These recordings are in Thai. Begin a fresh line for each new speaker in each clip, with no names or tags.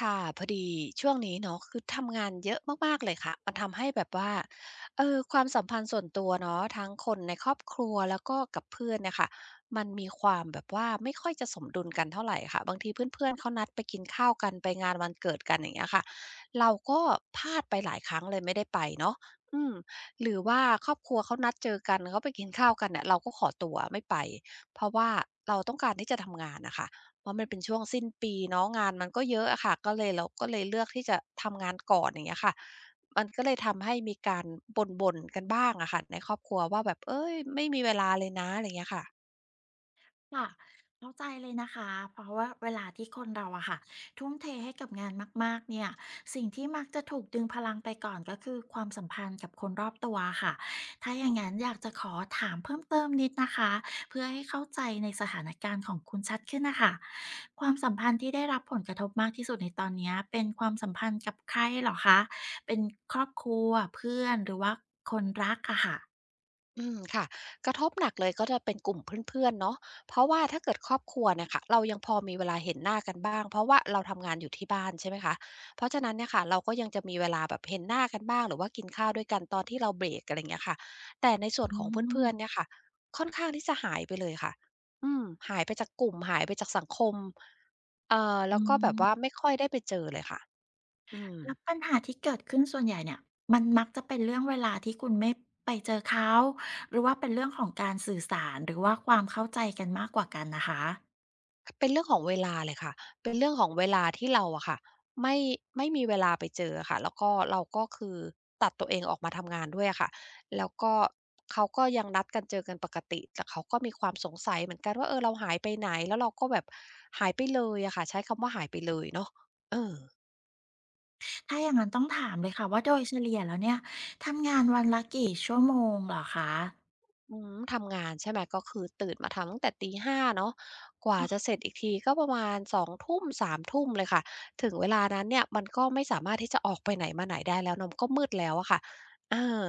ค่ะพอดีช่วงนี้เนาะคือทำงานเยอะมากๆเลยค่ะมันทำให้แบบว่าความสัมพันธ์ส่วนตัวเนาะทั้งคนในครอบครัวแล้วก็กับเพื่อนเนี่ยค่ะมันมีความแบบว่าไม่ค่อยจะสมดุลกันเท่าไหรค่ะบางทีเพื่อนๆเขานัดไปกินข้าวกันไปงานวันเกิดกันอย่างเงี้ยค่ะเราก็พลาดไปหลายครั้งเลยไม่ได้ไปเนาะอืมหรือว่าครอบครัวเขานัดเจอกันเขาไปกินข้าวกันเนี่ยเราก็ขอตัวไม่ไปเพราะว่าเราต้องการที่จะทำงานนะคะ เพราะมันเป็นช่วงสิ้นปีเนาะงานมันก็เยอะอะค่ะก็เลยเราก็เลยเลือกที่จะทำงานก่อนอย่างเงี้ยค่ะมันก็เลยทำให้มีการบ่นๆกันบ้างอะค่ะในครอบครัวว่าแบบเฮ้ยไม่มีเวลาเลยนะอะไรเงี้ยค่ะ
ค่ะเข้าใจเลยนะคะเพราะว่าเวลาที่คนเราอะค่ะทุ่มเทให้กับงานมากๆเนี่ยสิ่งที่มักจะถูกดึงพลังไปก่อนก็คือความสัมพันธ์กับคนรอบตัวค่ะถ้าอย่างนั้นอยากจะขอถามเพิ่มเติมนิดนะคะเพื่อให้เข้าใจในสถานการณ์ของคุณชัดขึ้นนะคะความสัมพันธ์ที่ได้รับผลกระทบมากที่สุดในตอนเนี้ยเป็นความสัมพันธ์กับใครเหรอคะเป็นครอบครัวเพื่อนหรือว่าคนรักอะค่ะ
อืมค่ะกระทบหนักเลยก็จะเป็นกลุ่มเพื่อนๆเนาะเพราะว่าถ้าเกิดครอบครัวเนี่ยค่ะเรายังพอมีเวลาเห็นหน้ากันบ้างเพราะว่าเราทำงานอยู่ที่บ้านใช่ไหมคะเพราะฉะนั้นเนี่ยค่ะเราก็ยังจะมีเวลาแบบเห็นหน้ากันบ้างหรือว่ากินข้าวด้วยกันตอนที่เราเบรกอะไรอย่างเงี้ยค่ะแต่ในส่วน
อื
ของ
ม
เพื่อนๆเนี่ยค่ะค่อนข้างที่จะหายไปเลยค่ะอืมหายไปจากกลุ่มหายไปจากสังคม
อื
แล้วก็แบบว่า
ม
ไม่ค่อยได้ไปเจอเลยค่ะอืม
แล้วปัญหาที่เกิดขึ้นส่วนใหญ่เนี่ยมันมักจะเป็นเรื่องเวลาที่คุณไม่ไปเจอเขาหรือว่าเป็นเรื่องของการสื่อสารหรือว่าความเข้าใจกันมากกว่ากันนะคะ
เป็นเรื่องของเวลาเลยค่ะเป็นเรื่องของเวลาที่เราอะค่ะไม่ไม่มีเวลาไปเจออะค่ะแล้วก็เราก็คือตัดตัวเองออกมาทำงานด้วยอะค่ะแล้วก็เขาก็ยังนัดกันเจอกันปกติแต่เขาก็มีความสงสัยเหมือนกันว่าเออเราหายไปไหนแล้วเราก็แบบหายไปเลยอะค่ะใช้คำว่าหายไปเลยเนาะเออ
ถ้าอย่างนั้นต้องถามเลยค่ะว่าโดยเฉลี่ยแล้วเนี่ยทำงานวันละกี่ชั่วโมงเหรอคะ
อืมทำงานใช่ไหมก็คือตื่นมาทำตั้งแต่ตีห้าเนาะกว่าจะเสร็จอีกทีก็ประมาณ2สามทุ่มเลยค่ะถึงเวลานั้นเนี่ยมันก็ไม่สามารถที่จะออกไปไหนมาไหนได้แล้วเนาะก็มืดแล้วอะค่ะเออ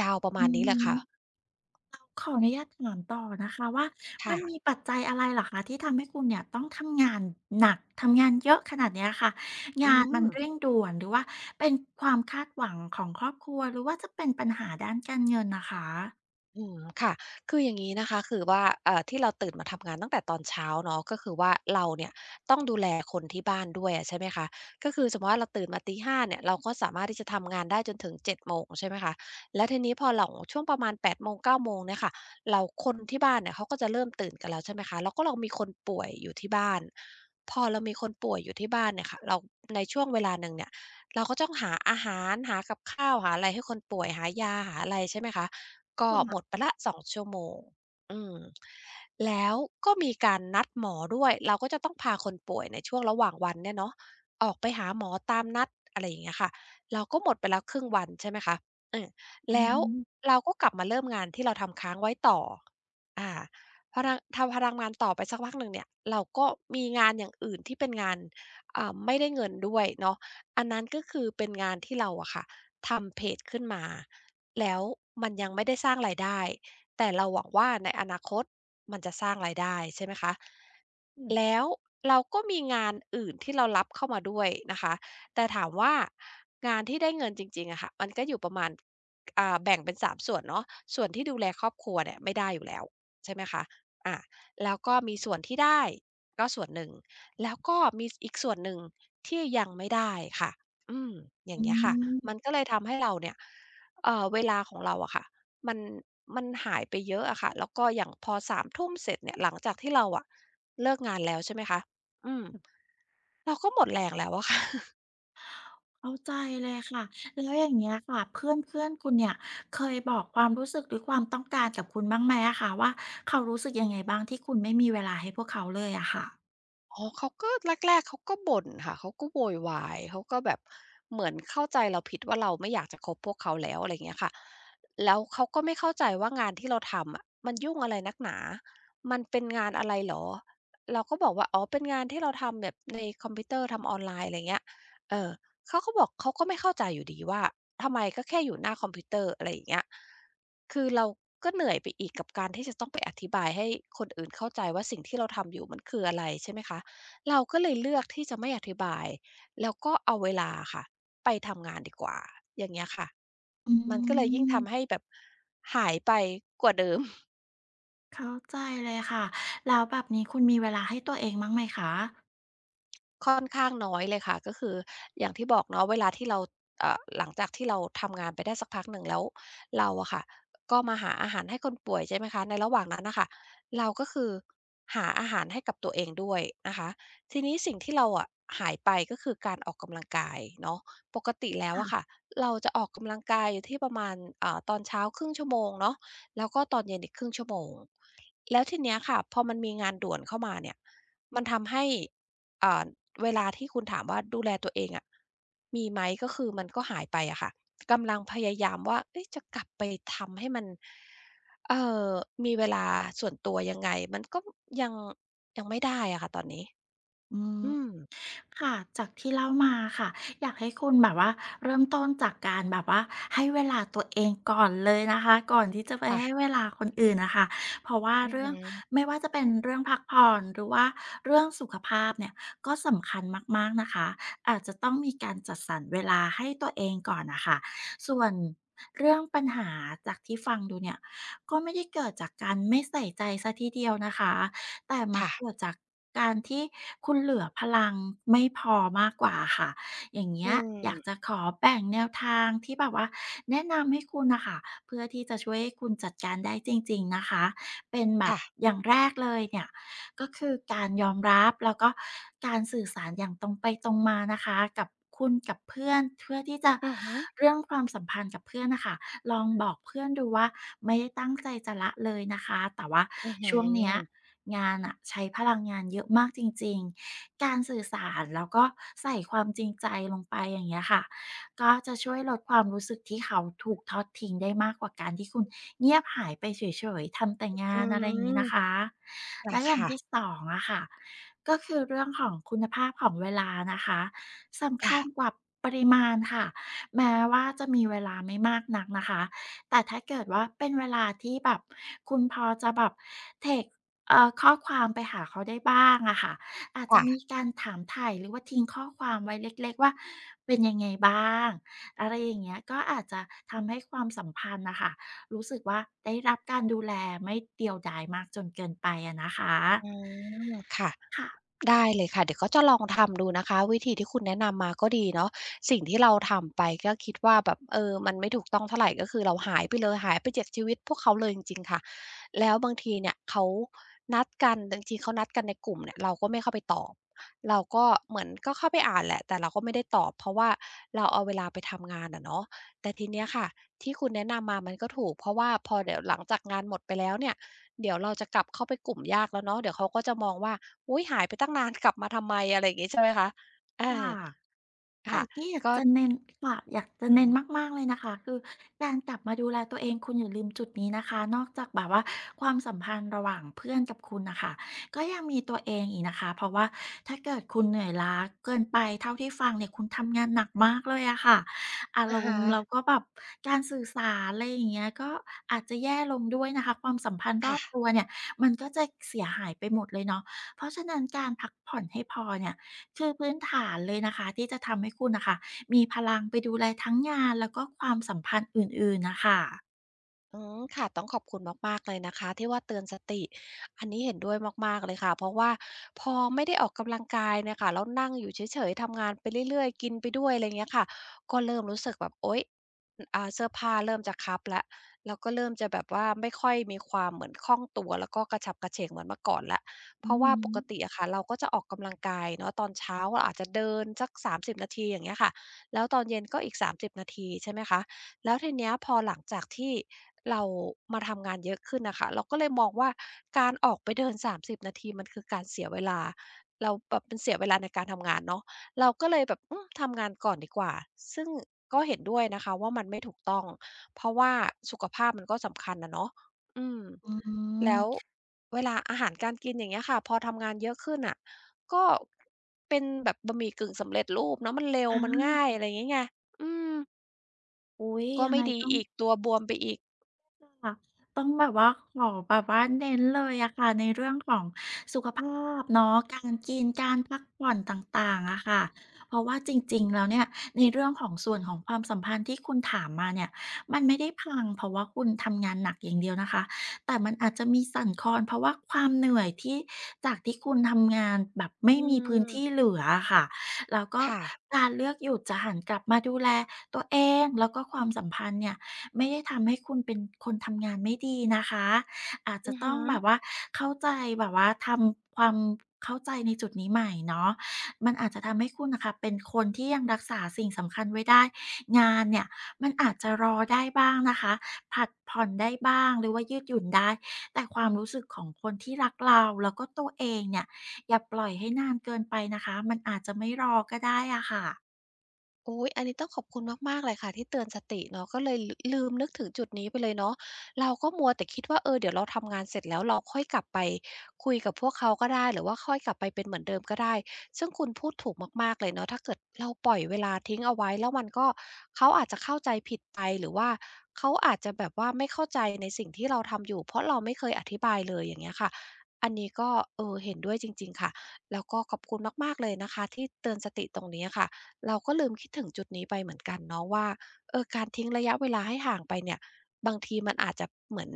ยาวประมา
อื
ณนี้แหละค่ะ
ม ขออนุญาตถามต่อนะคะว่ามันมี
ค่ะ
ปัจจัยอะไรเหรอคะที่ทำให้คุณเนี่ยต้องทำงานหนักทำงานเยอะขนาดเนี้ยค่ะ
อื
งานมันเร่ง
ม
ด่วนหรือว่าเป็นความคาดหวังของครอบครัวหรือว่าจะเป็นปัญหาด้านการเงินน่ะคะ
อืมค่ะคืออย่างนี้นะคะคือว่าที่เราตื่นมาทำงานตั้งแต่ตอนเช้าเนาะก็คือว่าเราเนี่ยต้องดูแลคนที่บ้านด้วยอะใช่ไหมคะก็คือสมมุติว่าเราตื่นมาตีห้าเนี่ยเราก็สามารถที่จะทำงานได้จนถึงเจ็ดโมงใช่ไหมคะแล้วทีนี้พอหลังช่วงประมาณแปดโมงเก้าโมงเนี่ยค่ะเราคนที่บ้านเนี่ยเขาก็จะเริ่มตื่นกันแล้วใช่ไหมคะแล้วก็เรามีคนป่วยอยู่ที่บ้านพอเรามีคนป่วยอยู่ที่บ้านเนี่ยค่ะเราในช่วงเวลาหนึ่งเนี่ยเราก็ต้องหาอาหารหากับข้าวหาอะไรให้คนป่วยหายาหาอะไรใช่ไหมคะ ก็หมดไปละสองชั่วโมงอืมแล้วก็มีการนัดหมอด้วยเราก็จะต้องพาคนป่วยในช่วงระหว่างวันเนี่ยเนาะออกไปหาหมอตามนัดอะไรอย่างเงี้ยค่ะเราก็หมดไปแล้วครึ่งวันใช่ไหมคะเออ
อื
แล้ว
ม
เราก็กลับมาเริ่มงานที่เราทำค้างไว้ต่ออาพอทำงานต่อไปสักพักหนึ่งเนี่ยเราก็มีงานอย่างอื่นที่เป็นงานไม่ได้เงินด้วยเนาะอันนั้นก็คือเป็นงานที่เราอะค่ะทำเพจขึ้นมา แล้วมันยังไม่ได้สร้างรายได้แต่เราหวังว่าในอนาคตมันจะสร้างรายได้ใช่ไหมคะแล้วเราก็มีงานอื่นที่เรารับเข้ามาด้วยนะคะแต่ถามว่างานที่ได้เงินจริงๆอะค่ะมันก็อยู่ประมาณแบ่งเป็น3ส่วนเนาะส่วนที่ดูแลครอบครัวเนี่ยไม่ได้อยู่แล้วใช่ไหมคะอาแล้วก็มีส่วนที่ได้ก็ส่วนหนึ่งแล้วก็มีสอีกส่วนหนึ่งที่ยังไม่ได้ค่ะอืมอย่า
อื
งเงี้ยค่ะมัน
ม
ก็เลยทำให้เราเนี่ย เวลาของเราอะค่ะมันมันหายไปเยอะอะค่ะแล้วก็อย่างพอสามทุ่มเสร็จเนี่ยหลังจากที่เราอะเลิกงานแล้วใช่ไหมคะอืมเราก็หมดแรงแล้วอะค่ะ
เข้าใจเลยค่ะแล้วอย่างเงี้ยค่ะเพื่อนๆคุณเนี่ยเคยบอกความรู้สึกหรือความต้องการกับคุณบ้างไหมอะคะว่าเขารู้สึกยังไงบ้างที่คุณไม่มีเวลาให้พวกเขาเลยอะค่ะ
อ๋อเขาก็แรกๆเขาก็บ่นค่ะเขาก็โวยวายเขาก็แบบเหมือนเข้าใจเราผิดว่าเราไม่อยากจะคบพวกเขาแล้วอะไรอย่างเงี้ยค่ะแล้วเขาก็ไม่เข้าใจว่างานที่เราทำอะมันยุ่งอะไรนักหนามันเป็นงานอะไรเหรอเราก็บอกว่าอ๋อเป็นงานที่เราทำแบบในคอมพิวเตอร์ทำออนไลน์อะไรอย่างเงี้ยเออเขาก็บอกเขาก็ไม่เข้าใจอยู่ดีว่าทำไมก็แค่อยู่หน้าคอมพิวเตอร์อะไรอย่างเงี้ยคือเราก็เหนื่อยไปอีกกับการที่จะต้องไปอธิบายให้คนอื่นเข้าใจว่าสิ่งที่เราทำอยู่มันคืออะไรใช่ไหมคะ เราก็เลยเลือกที่จะไม่อธิบายแล้วก็เอาเวลาค่ะไปทำงานดีกว่าอย่างเงี้ยค่ะ
อื
มันก็เลยยิ่ง
ม
ทำให้แบบหายไปกว่าเดิม
เข้าใจเลยค่ะ แล้วแบบนี้คุณมีเวลาให้ตัวเองบ้างไหมคะ
ค่อนข้างน้อยเลยค่ะก็คืออย่างที่บอกเนาะเวลาที่เราหลังจากที่เราทำงานไปได้สักพักหนึ่งแล้วเราอะค่ะก็มาหาอาหารให้คนป่วยใช่ไหมคะในระหว่างนั้นน่ะค่ะเราก็คือหาอาหารให้กับตัวเองด้วยนะคะทีนี้สิ่งที่เราอะหายไปก็คือการออกกำลังกายเนาะปกติแล้วอะค่ะเราจะออกกำลังกายอยู่ที่ประมาณตอนเช้าครึ่งชั่วโมงเนาะแล้วก็ตอนเย็นอีกครึ่งชั่วโมงแล้วทีเนี้ยค่ะพอมันมีงานด่วนเข้ามาเนี่ยมันทำให้อ่า เวลาที่คุณถามว่าดูแลตัวเองอะมีไหมก็คือมันก็หายไปอะค่ะกำลังพยายามว่าเอ๊ะจะกลับไปทำให้มันเอ่อมีเวลาส่วนตัวยังไงมันก็ยังไม่ได้อะค่ะตอนนี้
อืม
อืม
ค่ะจากที่เล่ามาค่ะอยากให้คุณแบบว่าเริ่มต้นจากการแบบว่าให้เวลาตัวเองก่อนเลยนะคะก่อนที่จะไปให้
ค่ะ
เวลาคนอื่นน่ะค่ะเพราะว่า
อือ
เรื่อ
ฮึ
งไม่ว่าจะเป็นเรื่องพักผ่อนหรือว่าเรื่องสุขภาพเนี่ยก็สำคัญมากๆนะคะอาจจะต้องมีการจัดสรรเวลาให้ตัวเองก่อนน่ะค่ะส่วนเรื่องปัญหาจากที่ฟังดูเนี่ยก็ไม่ได้เกิดจากการไม่ใส่ใจเสียทีเดียวนะคะ แต่มัก
ค่ะ
เกิดจากการที่คุณเหลือพลังไม่พอมากกว่าค่ะ อย่างเงี้
อื
ย
ม
อยากจะขอแบ่งแนวทางที่แบบว่าแนะนำให้คุณน่ะค่ะเพื่อที่จะช่วยให้คุณจัดการได้จริงๆนะคะเป็นแบบ
ค่ะ
อย่างแรกเลยเนี่ย ก็คือการยอมรับแล้วก็การสื่อสารอย่างตรงไปตรงมานะคะกับคุณกับเพื่อนเพื่อที่จะ
อือฮึ
เรื่องความสัมพันธ์กับเพื่อนน่ะค่ะลองบอกเพื่อนดูว่าไม่ได้ตั้งใจจะละเลยนะคะแต่ว่า
อือฮอ
ช่วงเนี้ยงานน่ะใช้พลังงานเยอะมากจริงๆการสื่อสารแล้วก็ใส่ความจริงใจลงไปอย่างเงี้ยค่ะ ก็จะช่วยลดความรู้สึกที่เขาถูกทอดทิ้งได้มากกว่าการที่คุณเงียบหายไปเฉยๆทำแต่งา
อื
นอะไรอย่างนี้
ม
นะคะและอย่าง
ค่ะ
ที่สองอะค่ะก็คือเรื่องของคุณภาพของเวลานะคะ
ๆ
สำคั
ค่ะ
ญกว่าปริมาณค่ะแม้ว่าจะมีเวลาไม่มากนักนะคะแต่ถ้าเกิดว่าเป็นเวลาที่แบบคุณพอจะแบบเทคข้อความไปหาเขาได้บ้างอะค่ะ อาจจะมี
ค่ะ
การถามไถ่หรือว่าทิ้งข้อความไว้เล็กๆว่าเป็นยังไงบ้างอะไรอย่างเงี้ยก็อาจจะทำให้ความสัมพันธ์น่ะค่ะรู้สึกว่าได้รับการดูแลไม่เดียวดายมากจนเกินไปอะนะคะ
อืมค่ะ
ค่ะ
ได้เลยค่ะเดี๋ยวก็จะลองทำดูนะคะวิธีที่คุณแนะนำมาก็ดีเนาะสิ่งที่เราทำไปก็คิดว่าแบบเออมันไม่ถูกต้องเท่าไรก็คือเราหายไปเลยหายไปจากชีวิตพวกเขาเลยจริงๆค่ะแล้วบางทีเนี่ยเขานัดกันบางทีเขานัดกันในกลุ่มเนี่ยเราก็ไม่เข้าไปตอบเราก็เหมือนก็เข้าไปอ่านแหละแต่เราก็ไม่ได้ตอบเพราะว่าเราเอาเวลาไปทำงานอะเนาะแต่ทีเนี้ยค่ะที่คุณแนะนำมามันก็ถูกเพราะว่าพอเดี๋ยวหลังจากงานหมดไปแล้วเนี่ย เดี๋ยวเราจะกลับเข้าไปกลุ่มยากแล้วเนาะเดี๋ยวเขาก็จะมองว่าอุ๊ยหายไปตั้งนาน กลับมาทำไมอะไรอย่างงี้ใช่ไหมคะเออ
ค่ะ แต่
ค่ะ
ที่อยาก
ก็
จะเน้นค่ะอยากจะ
อือ
เน้น
ฮึ
มากๆเลยนะคะคือการกลับมาดูแลตัวเองคุณอย่าลืมจุดนี้นะคะ นอกจากแบบว่าความสัมพันธ์ระหว่างเพื่อนกับคุณน่ะค่ะก็ยังมีตัวเองอีกนะคะเพราะว่าถ้าเกิดคุณเหนื่อยล้าเกินไปเท่าที่ฟังเนี่ยคุณทำงานหนักมากเลยอะค่ะอาร
อะ
ม
ฮะ
ณ์แล้วก็แบบการสื่อสารอะไรอย่างเงี้ยก็อาจจะแย่ลงด้วยนะคะ ความสัมพันธ์รอ
ค่ะ
บตัวเนี่ยมันก็จะเสียหายไปหมดเลยเนาะเพราะฉะนั้นการพักผ่อนให้พอเนี่ย คือพื้นฐานเลยนะคะที่จะทำให้คุณน่ะค่ะมีพลังไปดูแลทั้งงานแล้วก็ความสัมพันธ์อื่นๆน่ะค่ะ
อืมค่ะต้องขอบคุณมากๆเลยนะคะที่ว่าเตือนสติอันนี้เห็นด้วยมากๆเลยค่ะเพราะว่าพอไม่ได้ออกกำลังกายเนี่ยค่ะแล้วนั่งอยู่เฉยๆทำงานไปเรื่อยๆกินไปด้วยอะไรเงี้ยค่ะก็เริ่มรู้สึกแบบโอ๊ยเสื้อผ้าเริ่มจะคับละแล้วก็เริ่มจะแบบว่าไม่ค่อยมีความเหมือนคล่องตัวแล้วก็กระฉับกระเฉงเหมือนเมื่อก่อนละเพ
อือ
ราะว่าปกติ
ฮึ
อะค่ะเราก็จะออกกำลังกายเนาะตอนเช้าเราอาจจะเดินสักสามสิบนาทีอย่างเงี้ยค่ะแล้วตอนเย็นก็อีกสามสิบนาทีใช่ไหมคะ แล้วทีเนี้ยพอหลังจากที่เรามาทำงานเยอะขึ้นน่ะค่ะเราก็เลยมองว่าการออกไปเดิน30นาทีมันคือการเสียเวลาเราแบบมันเสียเวลาในการทำงานเนาะเราก็เลยแบบอืมทำงานก่อนดีกว่าซึ่งก็เห็นด้วยนะคะว่ามันไม่ถูกต้องเพราะว่าสุขภาพมันก็สำคัญอะเนาะอืม
อื
แล้ว
ม
เวลาอาหารการกินอย่างเงี้ยค่ะพอทำงานเยอะขึ้นน่ะก็เป็นแบบบะหมี่กึ่งสำเร็จรูปเนาะมันเร็วมัน
อา
ง่ายอะไรอย่างงี้ไงอืม
อุ๊ย
ก็
ยัง
ไม่
ไง
ดี
ต้อง
อีกตัวบวมไปอีก
ค่ะต้องแบบว่าขอแบบว่าเน้นเลยอะค่ะในเรื่องของสุขภาพเนาะการกินการพักผ่อนต่างๆอะค่ะเพราะว่าจริงๆแล้วเนี่ยในเรื่องของส่วนของความสัมพันธ์ที่คุณถามมาเนี่ยมันไม่ได้พังเพราะว่าคุณทำงานหนักอย่างเดียวนะคะแต่มันอาจจะมีสั่นคลอนเพราะว่าความเหนื่อยที่จากที่คุณทำงานแบบไม่
อื
มีพื้นที่
ม
เหลืออะค่ะแล้วก็
ค่ะ
การเลือกหยุดจะหันกลับมาดูแลตัวเองแล้วก็ความสัมพันธ์เนี่ย ไม่ได้ทำให้คุณเป็นคนทำงานไม่ดีนะคะอาจจะ
อือ
ต้อ
ฮึ
งแบบว่าเข้าใจแบบว่าทำความเข้าใจในจุดนี้ใหม่เนาะมันอาจจะทำให้คุณน่ะค่ะเป็นคนที่ยังรักษาสิ่งสำคัญไว้ได้งานเนี่ยมันอาจจะรอได้บ้างนะคะผลัดผ่อนได้บ้างหรือว่ายืดหยุ่นได้แต่ความรู้สึกของคนที่รักเราแล้วก็ตัวเองเนี่ยอย่าปล่อยให้นานเกินไปนะคะมันอาจจะไม่รอก็ได้อะค่ะ
อุ๊ยอันนี้ต้องขอบคุณมากๆเลยค่ะที่เตือนสติเนาะก็เลยลลืมนึกถึงจุดนี้ไปเลยเนาะเราก็มัวแต่คิดว่าเออเดี๋ยวเราทำงานเสร็จแล้วเราค่อยกลับไปคุยกับพวกเขาก็ได้หรือว่าค่อยกลับไปเป็นเหมือนเดิมก็ได้ซึ่งคุณพูดถูกมากๆเลยเนาะถ้าเกิดเราปล่อยเวลาทิ้งเอาไว้แล้วมันก็เขาอาจจะเข้าใจผิดไปหรือว่าเขาอาจจะแบบว่าไม่เข้าใจในสิ่งที่เราทำอยู่เพราะเราไม่เคยอธิบายเลยอย่างเงี้ยค่ะอันนี้ก็เออเห็นด้วยจริงๆค่ะแล้วก็ขอบคุณมากๆเลยนะคะที่เตือนสติตรงนี้อะค่ะ เราก็ลืมคิดถึงจุดนี้ไปเหมือนกันเนาะว่าเออการทิ้งระยะเวลาให้ห่างไปเนี่ยบางทีมันอาจจะเหมือน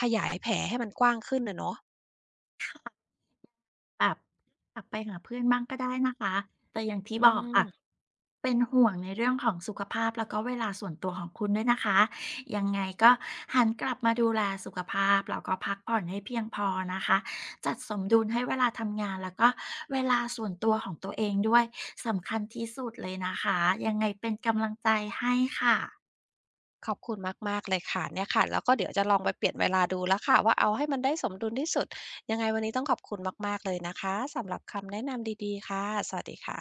ขยายแผลให้มันกว้างขึ้นอะเนาะ
แบบกลับไปหาเพื่อนบ้างก็ได้นะคะแต่อย่างที่
อื
บอก
ม
ค่ะ เป็นห่วงในเรื่องของสุขภาพแล้วก็เวลาส่วนตัวของคุณด้วยนะคะยังไงก็หันกลับมาดูแลสุขภาพแล้วก็พักผ่อนให้เพียงพอนะคะจัดสมดุลให้เวลาทำงานแล้วก็เวลาส่วนตัวของตัวเองด้วยสำคัญที่สุดเลยนะคะยังไงเป็นกำลังใจให้ค่ะ
ขอบคุณมากๆเลยค่ะเนี่ยค่ะแล้วก็เดี๋ยวจะลองไปเปลี่ยนเวลาดูแล้วค่ะว่าเอาให้มันได้สมดุลที่สุดยังไงวันนี้ต้องขอบคุณมากๆเลยนะคะสำหรับคำแนะนำดีๆค่ะสวัสดีค่ะ